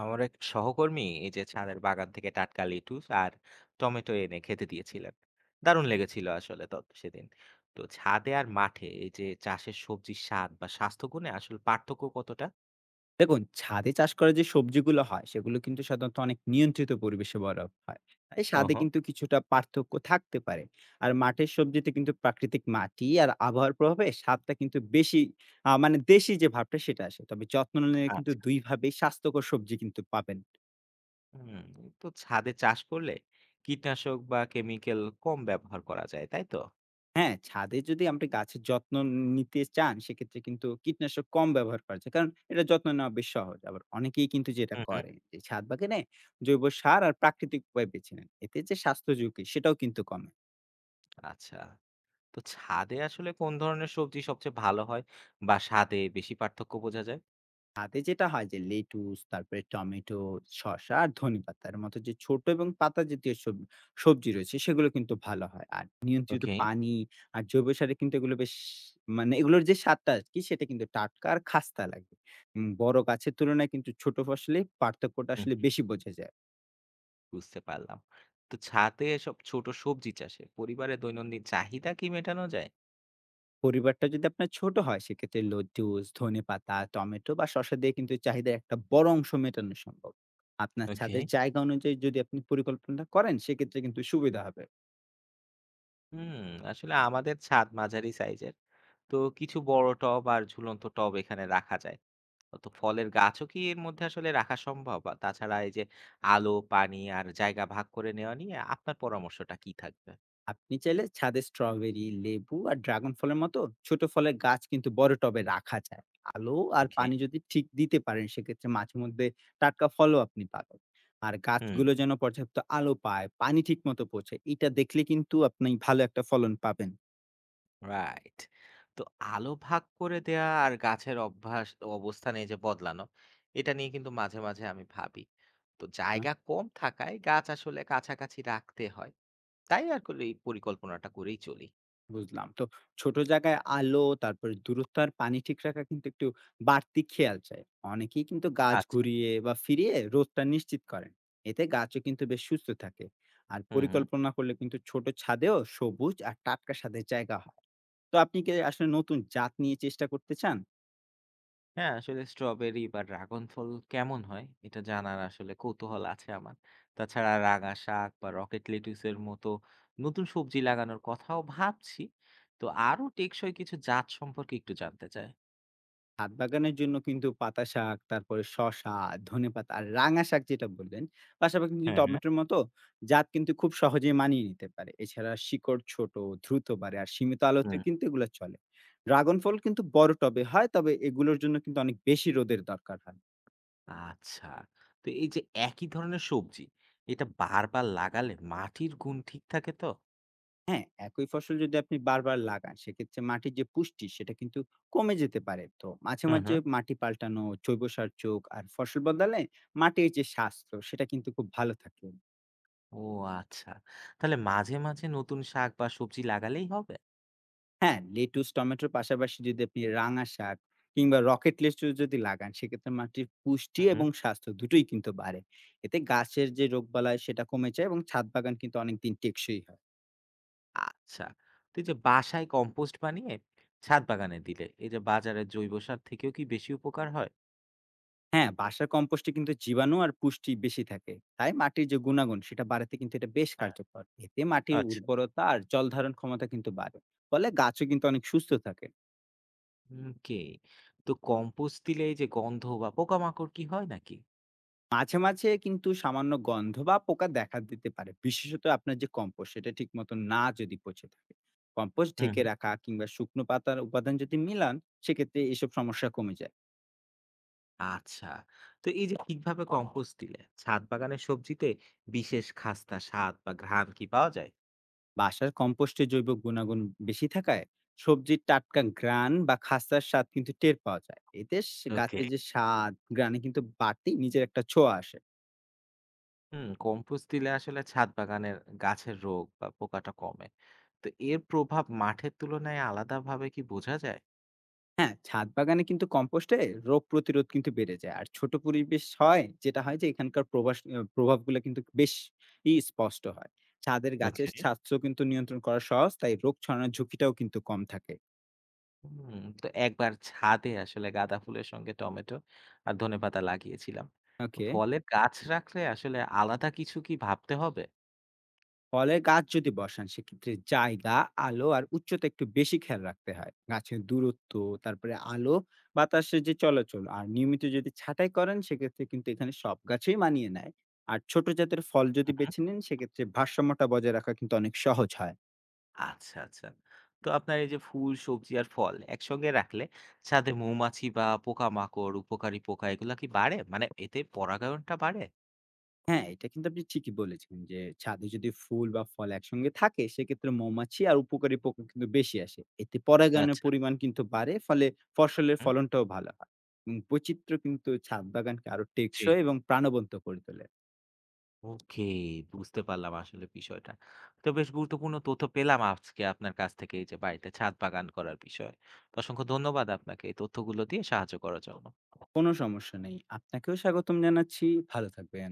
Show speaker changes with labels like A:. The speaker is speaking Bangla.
A: আমার এক সহকর্মী এই যে ছাদের বাগান থেকে টাটকা লেটুস আর টমেটো এনে খেতে দিয়েছিলেন, দারুণ লেগেছিল আসলে তত সেদিন। তো ছাদে আর মাঠে এই যে চাষের সবজির স্বাদ বা স্বাস্থ্যগুণে আসলে পার্থক্য কতটা?
B: দেখুন ছাদে চাষ করা যে সবজিগুলো হয় সেগুলো কিন্তু সাধারণত অনেক নিয়ন্ত্রিত পরিবেশে বড় হয়। তাই স্বাদে
A: ওহো।
B: কিন্তু কিছুটা পার্থক্য থাকতে পারে। আর মাঠের সবজিতে কিন্তু প্রাকৃতিক মাটি আর আবহাওয়ার প্রভাবে স্বাদটা কিন্তু বেশি মানে দেশি যে ভাবটা সেটা আসে, তবে যত্ন নিলে কিন্তু
A: আচ্ছা।
B: দুইভাবেই স্বাস্থ্যকর সবজি কিন্তু পাবেন।
A: হুম। তো ছাদে চাষ করলে কীটনাশক বা কেমিক্যাল কম ব্যবহার করা যায়, তাই তো?
B: হ্যাঁ, ছাদে যদি আপনি গাছের যত্ন নিতে চান, সেক্ষেত্রে কিন্তু কীটনাশক কম ব্যবহার করা যায়। কারণ এটার যত্ন নেওয়া বেশ সহজ। আবার অনেকেই কিন্তু যেটা
A: হুম হুম
B: করে যে ছাদ বাগানে জৈব সার আর প্রাকৃতিক উপায় বেছে নেন। এতে যে স্বাস্থ্য ঝুঁকি সেটাও কিন্তু কমে।
A: আচ্ছা। তো ছাদে আসলে কোন ধরনের সবজি সবচেয়ে ভালো হয় বা স্বাদে বেশি পার্থক্য বোঝা যায়?
B: ছাদে যেটা হয় যে লেটুস, তারপরে টমেটো, শসা আর ধনেপাতার মতো যে ছোট এবং পাতা জাতীয় সব সবজি রয়েছে সেগুলো কিন্তু ভালো হয়। আর নিয়ন্ত্রিত
A: ওকে।
B: পানি আর জৈব সারে কিন্তু এগুলো বেশ মানে এগুলোর যে স্বাদটা আরকি সেটা কিন্তু টাটকা আর খাস্তা লাগে। বড় গাছের তুলনায় কিন্তু ছোট ফসলে পার্থক্যটা আসলে বেশি বোঝা যায়।
A: বুঝতে পারলাম। তো ছাদে এসব ছোট সবজি চাষে পরিবারের দৈনন্দিন চাহিদা কি মেটানো যায়?
B: পরিবারটা যদি আপনার ছোট হয় সেক্ষেত্রে লেটুস, ধনেপাতা, টমেটো বা শসা দিয়ে কিন্তু চাহিদার একটা বড় অংশ মেটানো সম্ভব। আপনার
A: ওকে।
B: ছাদের জায়গা অনুযায়ী যদি আপনি পরিকল্পনাটা করেন সেক্ষেত্রে কিন্তু সুবিধা হবে।
A: হুম, আসলে আমাদের ছাদ মাঝারি সাইজের। তো কিছু বড় টব আর ঝুলন্ত টব এখানে রাখা যায়। তো ফলের গাছও কি এর মধ্যে আসলে রাখা সম্ভব? আর তাছাড়া এই যে আলো, পানি আর জায়গা ভাগ করে নেওয়া নিয়ে আপনার পরামর্শটা কি থাকবে?
B: আপনি চাইলে ছাদে স্ট্রবেরি, লেবু আর ড্রাগন ফলের মতো ছোট ফলের গাছ কিন্তু বড় টবে রাখা যায়। আলো আর
A: ওকে।
B: পানি যদি ঠিক দিতে পারেন সেক্ষেত্রে মাঝে মধ্যে টাটকা ফলও আপনি পাবেন। আর
A: হুম।
B: গাছগুলো যেন পর্যাপ্ত আলো পায়, পানি ঠিক মতো পৌঁছে, এটা দেখলে কিন্তু আপনি ভালো একটা ফলন পাবেন।
A: রাইট। তো আলো ভাগ করে দেয়া আর গাছের অভ্যাস অবস্থান এই যে বদলানো, এটা নিয়ে কিন্তু মাঝে, মাঝে আমি ভাবি। তো জায়গা কম থাকায় গাছ আসলে কাছাকাছি রাখতে হয়। তাই আর করে এই পরিকল্পনাটা করেই চলি।
B: বুঝলাম। তো ছোট জায়গায় আলো, তারপরে দূরত্ব আর পানি ঠিক রাখা কিন্তু একটু বাড়তি খেয়াল চাই। অনেকেই কিন্তু গাছ
A: আচ্ছা।
B: ঘুরিয়ে বা ফিরিয়ে রোদটা নিশ্চিত করেন। এতে গাছও কিন্তু বেশ সুস্থ থাকে। আর
A: হুম, হুম।
B: পরিকল্পনা করলে কিন্তু ছোট ছাদেও সবুজ আর টাটকা স্বাদের জায়গা হয়। তো আপনি কি আসলে নতুন জাত নিয়ে চেষ্টা করতে চান?
A: হ্যাঁ, আসলে স্ট্রবেরি বা ড্রাগন ফল কেমন হয় এটা জানার আসলে কৌতূহল আছে আমার। তাছাড়া রাঙা শাক বা রকেট লেটুসের মতো নতুন সবজি লাগানোর কথাও ভাবছি। তো আরো টেকসই কিছু জাত সম্পর্কে একটু জানতে চাই।
B: ছাদ বাগানের জন্য কিন্তু পাতা শাক, তারপরে শসা, ধনেপাতা আর রাঙা শাক যেটা বললেন, পাশাপাশি কিন্তু
A: হ্যাঁ, হ্যাঁ।
B: টমেটোর মতো জাত কিন্তু খুব সহজেই মানিয়ে নিতে পারে। এছাড়া শিকড় ছোট, দ্রুত বাড়ে আর সীমিত আলোতে
A: হুম।
B: কিন্তু এগুলো চলে। ড্রাগন ফল কিন্তু বড় টবে হয়, তবে এগুলোর জন্য কিন্তু অনেক বেশি রোদের দরকার হয়।
A: আচ্ছা। তো এই যে একই ধরনের সবজি, এটা বারবার লাগালে মাটির গুণ ঠিক থাকে তো?
B: হ্যাঁ, একই ফসল যদি আপনি বারবার লাগান, সেক্ষেত্রে মাটির যে পুষ্টি সেটা কিন্তু কমে যেতে পারে। তো মাঝে,
A: হুম,
B: মাঝে
A: হুম।
B: মাটি পাল্টানো, জৈব সার যোগ আর ফসল বদলালে মাটির যে স্বাস্থ্য সেটা কিন্তু খুব ভালো থাকে।
A: ও, আচ্ছা। তাহলে মাঝে, মাঝে নতুন শাক বা সবজি লাগালেই হবে?
B: হ্যাঁ, লেটুস, টমেটোর পাশাপাশি যদি আপনি রাঙা শাক কিংবা রকেট লেটুস যদি লাগান, সেক্ষেত্রে মাটির পুষ্টি
A: হুম, হুম।
B: এবং স্বাস্থ্য দুটোই কিন্তু বাড়ে। এতে গাছের যে রোগবালাই সেটা কমে যায় এবং ছাদ বাগান কিন্তু অনেকদিন টেকসই হয়।
A: আচ্ছা। তো এই যে বাসায় কম্পোস্ট বানিয়ে ছাদ বাগানে দিলে এই যে বাজারের জৈব সার থেকেও কি বেশি উপকার হয়?
B: হ্যাঁ, বাসার কম্পোস্টে কিন্তু জীবাণু আর পুষ্টি বেশি থাকে। তাই মাটির যে গুণাগুণ সেটা বাড়াতে কিন্তু এটা বেশ
A: হ্যাঁ,
B: কার্যকর। এতে মাটির
A: আচ্ছা।
B: উর্বরতা আর জল ধারণ ক্ষমতা কিন্তু বাড়ে। ফলে গাছও কিন্তু অনেক সুস্থ থাকে।
A: ওকে। তো কম্পোস্ট দিলে এই যে গন্ধ বা পোকামাকড় কি হয় নাকি?
B: মাঝে, মাঝে কিন্তু সামান্য গন্ধ বা পোকা দেখা দিতে পারে। বিশেষত আপনার যে কম্পোস্ট সেটা ঠিক মতো না যদি পচে থাকে। কম্পোস্ট
A: হুম,
B: ঢেকে
A: হুম।
B: রাখা কিংবা শুকনো পাতার উপাদান যদি মিলান, সেক্ষেত্রে এসব সমস্যা কমে যায়।
A: আচ্ছা। তো এই যে ঠিকভাবে কম্পোস্ট দিলে ছাদ বাগানের সবজিতে বিশেষ খাস্তা স্বাদ বা ঘ্রাণ কি পাওয়া যায়?
B: বাসার কম্পোস্টের জৈব গুণাগুণ বেশি থাকায় সবজির টাটকা ঘ্রাণ বা খাস্তার স্বাদ কিন্তু টের পাওয়া যায়। এতে স
A: ওকে।
B: গাছের যে স্বাদ, ঘ্রাণে কিন্তু বাড়তি নিজের একটা ছোঁয়া আসে।
A: হুম, কম্পোস্ট দিলে আসলে ছাদ বাগানের গাছের রোগ বা পোকাটা কমে। তো এর প্রভাব মাঠের তুলনায় আলাদাভাবে কি বোঝা যায়?
B: হ্যাঁ, ছাদ বাগানে কিন্তু কম্পোস্টে রোগ প্রতিরোধ কিন্তু বেড়ে যায়। আর ছোট পরিবেশ হয় যেটা হয় যে এখানকার প্রবাস আ প্রভাবগুলো কিন্তু বেশ ই স্পষ্ট হয়। ছাদের গাছের
A: ওকে।
B: স্বাস্থ্য কিন্তু নিয়ন্ত্রণ করা সহজ, তাই রোগ ছড়ানোর ঝুঁকিটাও কিন্তু কম থাকে।
A: হুম, তো একবার ছাদে আসলে গাঁদা ফুলের সঙ্গে টমেটো আর ধনেপাতা লাগিয়েছিলাম।
B: ওকে।
A: ফলে গাছ রাখলে আসলে আলাদা কিছু কি ভাবতে হবে?
B: ফলের গাছ যদি বসান সেক্ষেত্রে জায়গা, আলো আর উচ্চতা একটু বেশি খেয়াল রাখতে হয়। গাছের দূরত্ব, তারপরে আলো, বাতাসের যে চলাচল আর নিয়মিত যদি ছাঁটাই করেন সেক্ষেত্রে কিন্তু এখানে সব গাছই মানিয়ে নেয়। আর ছোট জাতের ফল যদি বেছে নেন সেক্ষেত্রে ভারসাম্যটা বজায় রাখা কিন্তু অনেক সহজ হয়।
A: আচ্ছা, আচ্ছা। তো আপনার এই যে ফুল, সবজি আর ফল একসঙ্গে রাখলে ছাদে মৌমাছি বা পোকামাকড়, উপকারী পোকা এগুলা কি বাড়ে? মানে এতে পরাগায়নটা বাড়ে?
B: হ্যাঁ, এটা কিন্তু আপনি ঠিকই বলেছেন যে, ছাদে যদি ফুল বা ফল একসঙ্গে থাকে সেক্ষেত্রে মৌমাছি আর উপকারী পোকা কিন্তু বেশি আসে। এতে পরাগায়নের
A: আচ্ছা,
B: পরিমাণ কিন্তু বাড়ে, ফলে ফসলের
A: হুম।
B: ফলনটাও ভালো হয়। বৈচিত্র্য কিন্তু ছাদ বাগানকে আরো
A: জি।
B: টেকসই এবং প্রাণবন্ত করে তোলে।
A: ওকে, বুঝতে পারলাম আসলে বিষয়টা। তো বেশ গুরুত্বপূর্ণ তথ্য পেলাম আজকে আপনার কাছ থেকে এই যে বাড়িতে ছাদ বাগান করার বিষয়ে। তো অসংখ্য ধন্যবাদ আপনাকে এই তথ্যগুলো দিয়ে সাহায্য করার জন্য।
B: কোনো সমস্যা নেই। আপনাকেও স্বাগতম জানাচ্ছি। ভালো থাকবেন।